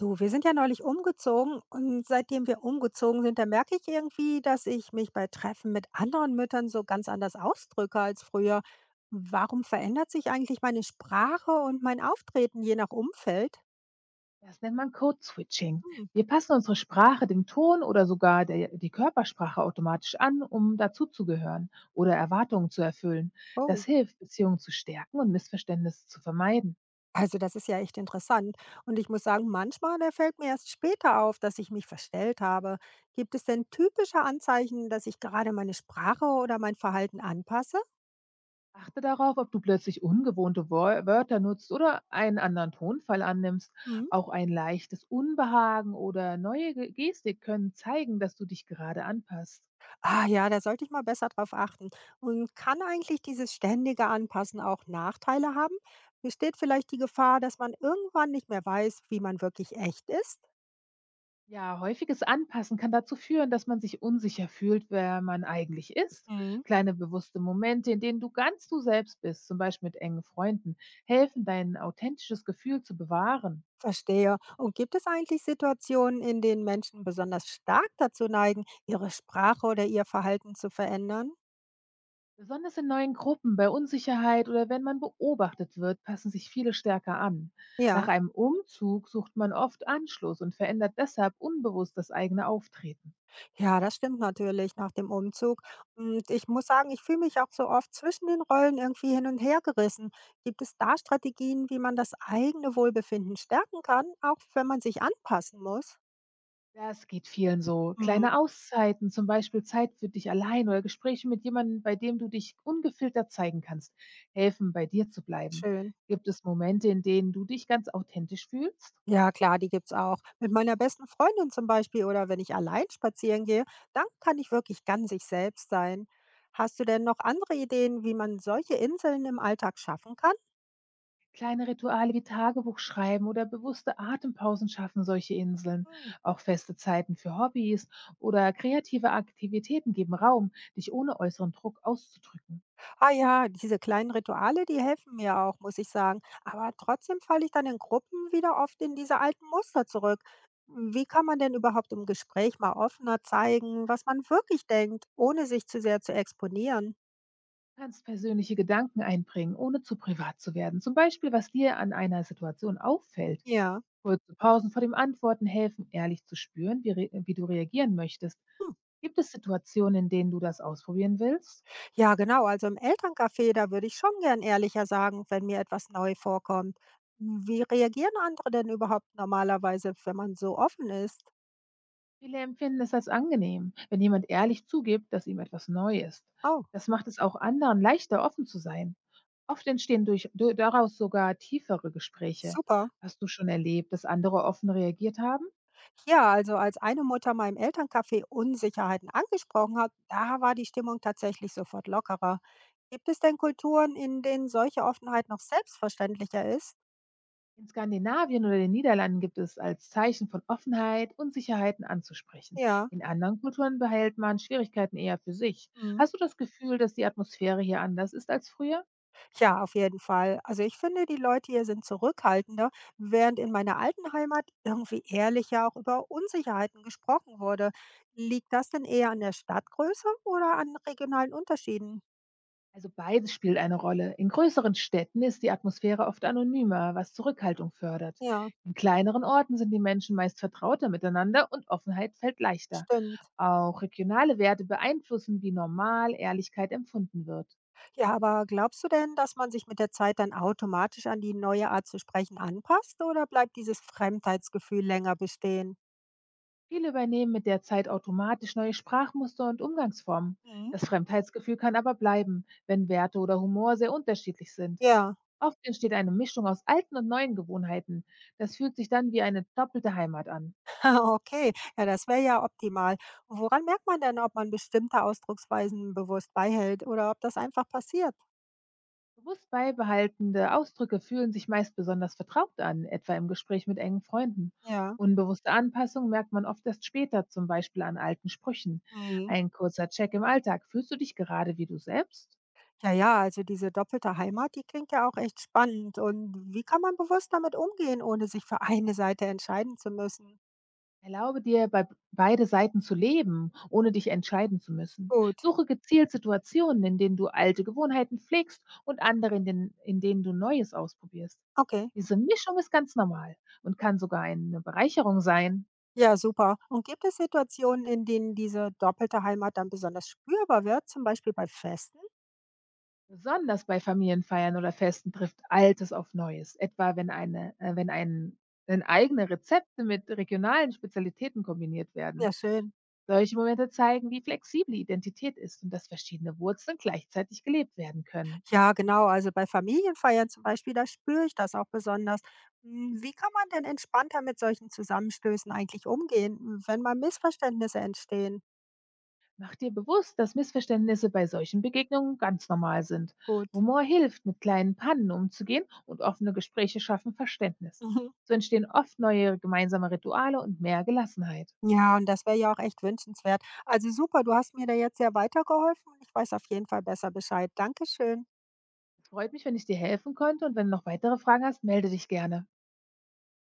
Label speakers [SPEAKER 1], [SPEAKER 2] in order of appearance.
[SPEAKER 1] Du, wir sind ja neulich umgezogen und seitdem wir umgezogen sind, da merke ich irgendwie, dass ich mich bei Treffen mit anderen Müttern so ganz anders ausdrücke als früher. Warum verändert sich eigentlich meine Sprache und mein Auftreten je nach Umfeld?
[SPEAKER 2] Das nennt man Code-Switching.
[SPEAKER 1] Hm,
[SPEAKER 2] Wir passen unsere Sprache dem Ton oder sogar die Körpersprache automatisch an, um dazuzugehören oder Erwartungen zu erfüllen. Das
[SPEAKER 1] oh.
[SPEAKER 2] hilft, Beziehungen zu stärken und Missverständnisse zu vermeiden.
[SPEAKER 1] Also das ist ja echt interessant. Und ich muss sagen, manchmal da fällt mir erst später auf, dass ich mich verstellt habe. Gibt es denn typische Anzeichen, dass ich gerade meine Sprache oder mein Verhalten anpasse?
[SPEAKER 2] Achte darauf, ob du plötzlich ungewohnte Wörter nutzt oder einen anderen Tonfall annimmst.
[SPEAKER 1] Hm?
[SPEAKER 2] Auch ein leichtes Unbehagen oder neue Gestik können zeigen, dass du dich gerade anpasst.
[SPEAKER 1] Ah ja, da sollte ich mal besser drauf achten. Und kann eigentlich dieses ständige Anpassen auch Nachteile haben? Besteht vielleicht die Gefahr, dass man irgendwann nicht mehr weiß, wie man wirklich echt ist?
[SPEAKER 2] Ja, häufiges Anpassen kann dazu führen, dass man sich unsicher fühlt, wer man eigentlich ist.
[SPEAKER 1] Mhm.
[SPEAKER 2] Kleine bewusste Momente, in denen du ganz du selbst bist, zum Beispiel mit engen Freunden, helfen, dein authentisches Gefühl zu bewahren.
[SPEAKER 1] Verstehe. Und gibt es eigentlich Situationen, in denen Menschen besonders stark dazu neigen, ihre Sprache oder ihr Verhalten zu verändern?
[SPEAKER 2] Besonders in neuen Gruppen, bei Unsicherheit oder wenn man beobachtet wird, passen sich viele stärker an. Nach
[SPEAKER 1] Ja.
[SPEAKER 2] einem Umzug sucht man oft Anschluss und verändert deshalb unbewusst das eigene Auftreten.
[SPEAKER 1] Ja, das stimmt natürlich nach dem Umzug. Und ich muss sagen, ich fühle mich auch so oft zwischen den Rollen irgendwie hin und her gerissen. Gibt es da Strategien, wie man das eigene Wohlbefinden stärken kann, auch wenn man sich anpassen muss?
[SPEAKER 2] Ja, es geht vielen so.
[SPEAKER 1] Hm,
[SPEAKER 2] Kleine Auszeiten, zum Beispiel Zeit für dich allein oder Gespräche mit jemandem, bei dem du dich ungefiltert zeigen kannst, helfen, bei dir zu bleiben.
[SPEAKER 1] schön.
[SPEAKER 2] Gibt es Momente, in denen du dich ganz authentisch fühlst?
[SPEAKER 1] Ja, klar, die gibt's auch. Mit meiner besten Freundin zum Beispiel oder wenn ich allein spazieren gehe, dann kann ich wirklich ganz ich selbst sein. Hast du denn noch andere Ideen, wie man solche Inseln im Alltag schaffen kann?
[SPEAKER 2] Kleine Rituale wie Tagebuch schreiben oder bewusste Atempausen schaffen solche Inseln.
[SPEAKER 1] Hm.
[SPEAKER 2] Auch feste Zeiten für Hobbys oder kreative Aktivitäten geben Raum, dich ohne äußeren Druck auszudrücken.
[SPEAKER 1] Ah ja, diese kleinen Rituale, die helfen mir auch, muss ich sagen. Aber trotzdem falle ich dann in Gruppen wieder oft in diese alten Muster zurück. Wie kann man denn überhaupt im Gespräch mal offener zeigen, was man wirklich denkt, ohne sich zu sehr zu exponieren?
[SPEAKER 2] Du kannst persönliche Gedanken einbringen, ohne zu privat zu werden. Zum Beispiel, was dir an einer Situation auffällt.
[SPEAKER 1] Ja.
[SPEAKER 2] Kurze Pausen vor dem Antworten helfen, ehrlich zu spüren, wie du reagieren möchtest.
[SPEAKER 1] Hm.
[SPEAKER 2] Gibt es Situationen, in denen du das ausprobieren willst?
[SPEAKER 1] Ja, genau. Also im Elterncafé, da würde ich schon gern ehrlicher sagen, wenn mir etwas neu vorkommt. Wie reagieren andere denn überhaupt normalerweise, wenn man so offen ist?
[SPEAKER 2] Viele empfinden es als angenehm, wenn jemand ehrlich zugibt, dass ihm etwas neu ist.
[SPEAKER 1] Oh,
[SPEAKER 2] Das macht es auch anderen leichter, offen zu sein. Oft entstehen daraus sogar tiefere Gespräche.
[SPEAKER 1] super.
[SPEAKER 2] Hast du schon erlebt, dass andere offen reagiert haben?
[SPEAKER 1] Ja, also als eine Mutter meinem Elterncafé Unsicherheiten angesprochen hat, da war die Stimmung tatsächlich sofort lockerer. Gibt es denn Kulturen, in denen solche Offenheit noch selbstverständlicher ist?
[SPEAKER 2] In Skandinavien oder den Niederlanden gibt es als Zeichen von Offenheit, Unsicherheiten anzusprechen.
[SPEAKER 1] Ja.
[SPEAKER 2] In anderen Kulturen behält man Schwierigkeiten eher für sich.
[SPEAKER 1] Mhm.
[SPEAKER 2] Hast du das Gefühl, dass die Atmosphäre hier anders ist als früher?
[SPEAKER 1] Ja, auf jeden Fall. Also ich finde, die Leute hier sind zurückhaltender, während in meiner alten Heimat irgendwie ehrlicher auch über Unsicherheiten gesprochen wurde. Liegt das denn eher an der Stadtgröße oder an regionalen Unterschieden?
[SPEAKER 2] Also beides spielt eine Rolle. In größeren Städten ist die Atmosphäre oft anonymer, was Zurückhaltung fördert.
[SPEAKER 1] Ja,
[SPEAKER 2] In kleineren Orten sind die Menschen meist vertrauter miteinander und Offenheit fällt leichter.
[SPEAKER 1] stimmt.
[SPEAKER 2] Auch regionale Werte beeinflussen, wie normal Ehrlichkeit empfunden wird.
[SPEAKER 1] Ja, aber glaubst du denn, dass man sich mit der Zeit dann automatisch an die neue Art zu sprechen anpasst oder bleibt dieses Fremdheitsgefühl länger bestehen?
[SPEAKER 2] Viele übernehmen mit der Zeit automatisch neue Sprachmuster und Umgangsformen.
[SPEAKER 1] Mhm.
[SPEAKER 2] Das Fremdheitsgefühl kann aber bleiben, wenn Werte oder Humor sehr unterschiedlich sind.
[SPEAKER 1] Ja,
[SPEAKER 2] Oft entsteht eine Mischung aus alten und neuen Gewohnheiten. Das fühlt sich dann wie eine doppelte Heimat an.
[SPEAKER 1] okay. Ja, das wäre ja optimal. Woran merkt man denn, ob man bestimmte Ausdrucksweisen bewusst beihält oder ob das einfach passiert?
[SPEAKER 2] Bewusst beibehaltende Ausdrücke fühlen sich meist besonders vertraut an, etwa im Gespräch mit engen Freunden.
[SPEAKER 1] Ja.
[SPEAKER 2] Unbewusste Anpassung merkt man oft erst später, zum Beispiel an alten Sprüchen.
[SPEAKER 1] Mhm.
[SPEAKER 2] Ein kurzer Check im Alltag. Fühlst du dich gerade wie du selbst?
[SPEAKER 1] Ja, also diese doppelte Heimat, die klingt ja auch echt spannend. Und wie kann man bewusst damit umgehen, ohne sich für eine Seite entscheiden zu müssen?
[SPEAKER 2] Erlaube dir, bei beide Seiten zu leben, ohne dich entscheiden zu müssen.
[SPEAKER 1] Gut,
[SPEAKER 2] Suche gezielt Situationen, in denen du alte Gewohnheiten pflegst und in denen du Neues ausprobierst.
[SPEAKER 1] okay.
[SPEAKER 2] Diese Mischung ist ganz normal und kann sogar eine Bereicherung sein.
[SPEAKER 1] Ja, super. Und gibt es Situationen, in denen diese doppelte Heimat dann besonders spürbar wird, zum Beispiel bei Festen?
[SPEAKER 2] Besonders bei Familienfeiern oder Festen trifft Altes auf Neues, etwa wenn, eine, wenn, ein, wenn eigene Rezepte mit regionalen Spezialitäten kombiniert werden.
[SPEAKER 1] Ja, schön.
[SPEAKER 2] Solche Momente zeigen, wie flexibel Identität ist und dass verschiedene Wurzeln gleichzeitig gelebt werden können.
[SPEAKER 1] Ja, genau. Also bei Familienfeiern zum Beispiel, da spüre ich das auch besonders. Hm, wie kann man denn entspannter mit solchen Zusammenstößen eigentlich umgehen, wenn mal Missverständnisse entstehen?
[SPEAKER 2] Mach dir bewusst, dass Missverständnisse bei solchen Begegnungen ganz normal sind.
[SPEAKER 1] Gut.
[SPEAKER 2] Humor hilft, mit kleinen Pannen umzugehen und offene Gespräche schaffen Verständnis.
[SPEAKER 1] Mhm.
[SPEAKER 2] So entstehen oft neue gemeinsame Rituale und mehr Gelassenheit.
[SPEAKER 1] Ja, und das wäre ja auch echt wünschenswert. Also super, du hast mir da jetzt sehr weitergeholfen. Ich weiß auf jeden Fall besser Bescheid. Dankeschön.
[SPEAKER 2] Es freut mich, wenn ich dir helfen konnte und wenn du noch weitere Fragen hast, melde dich gerne.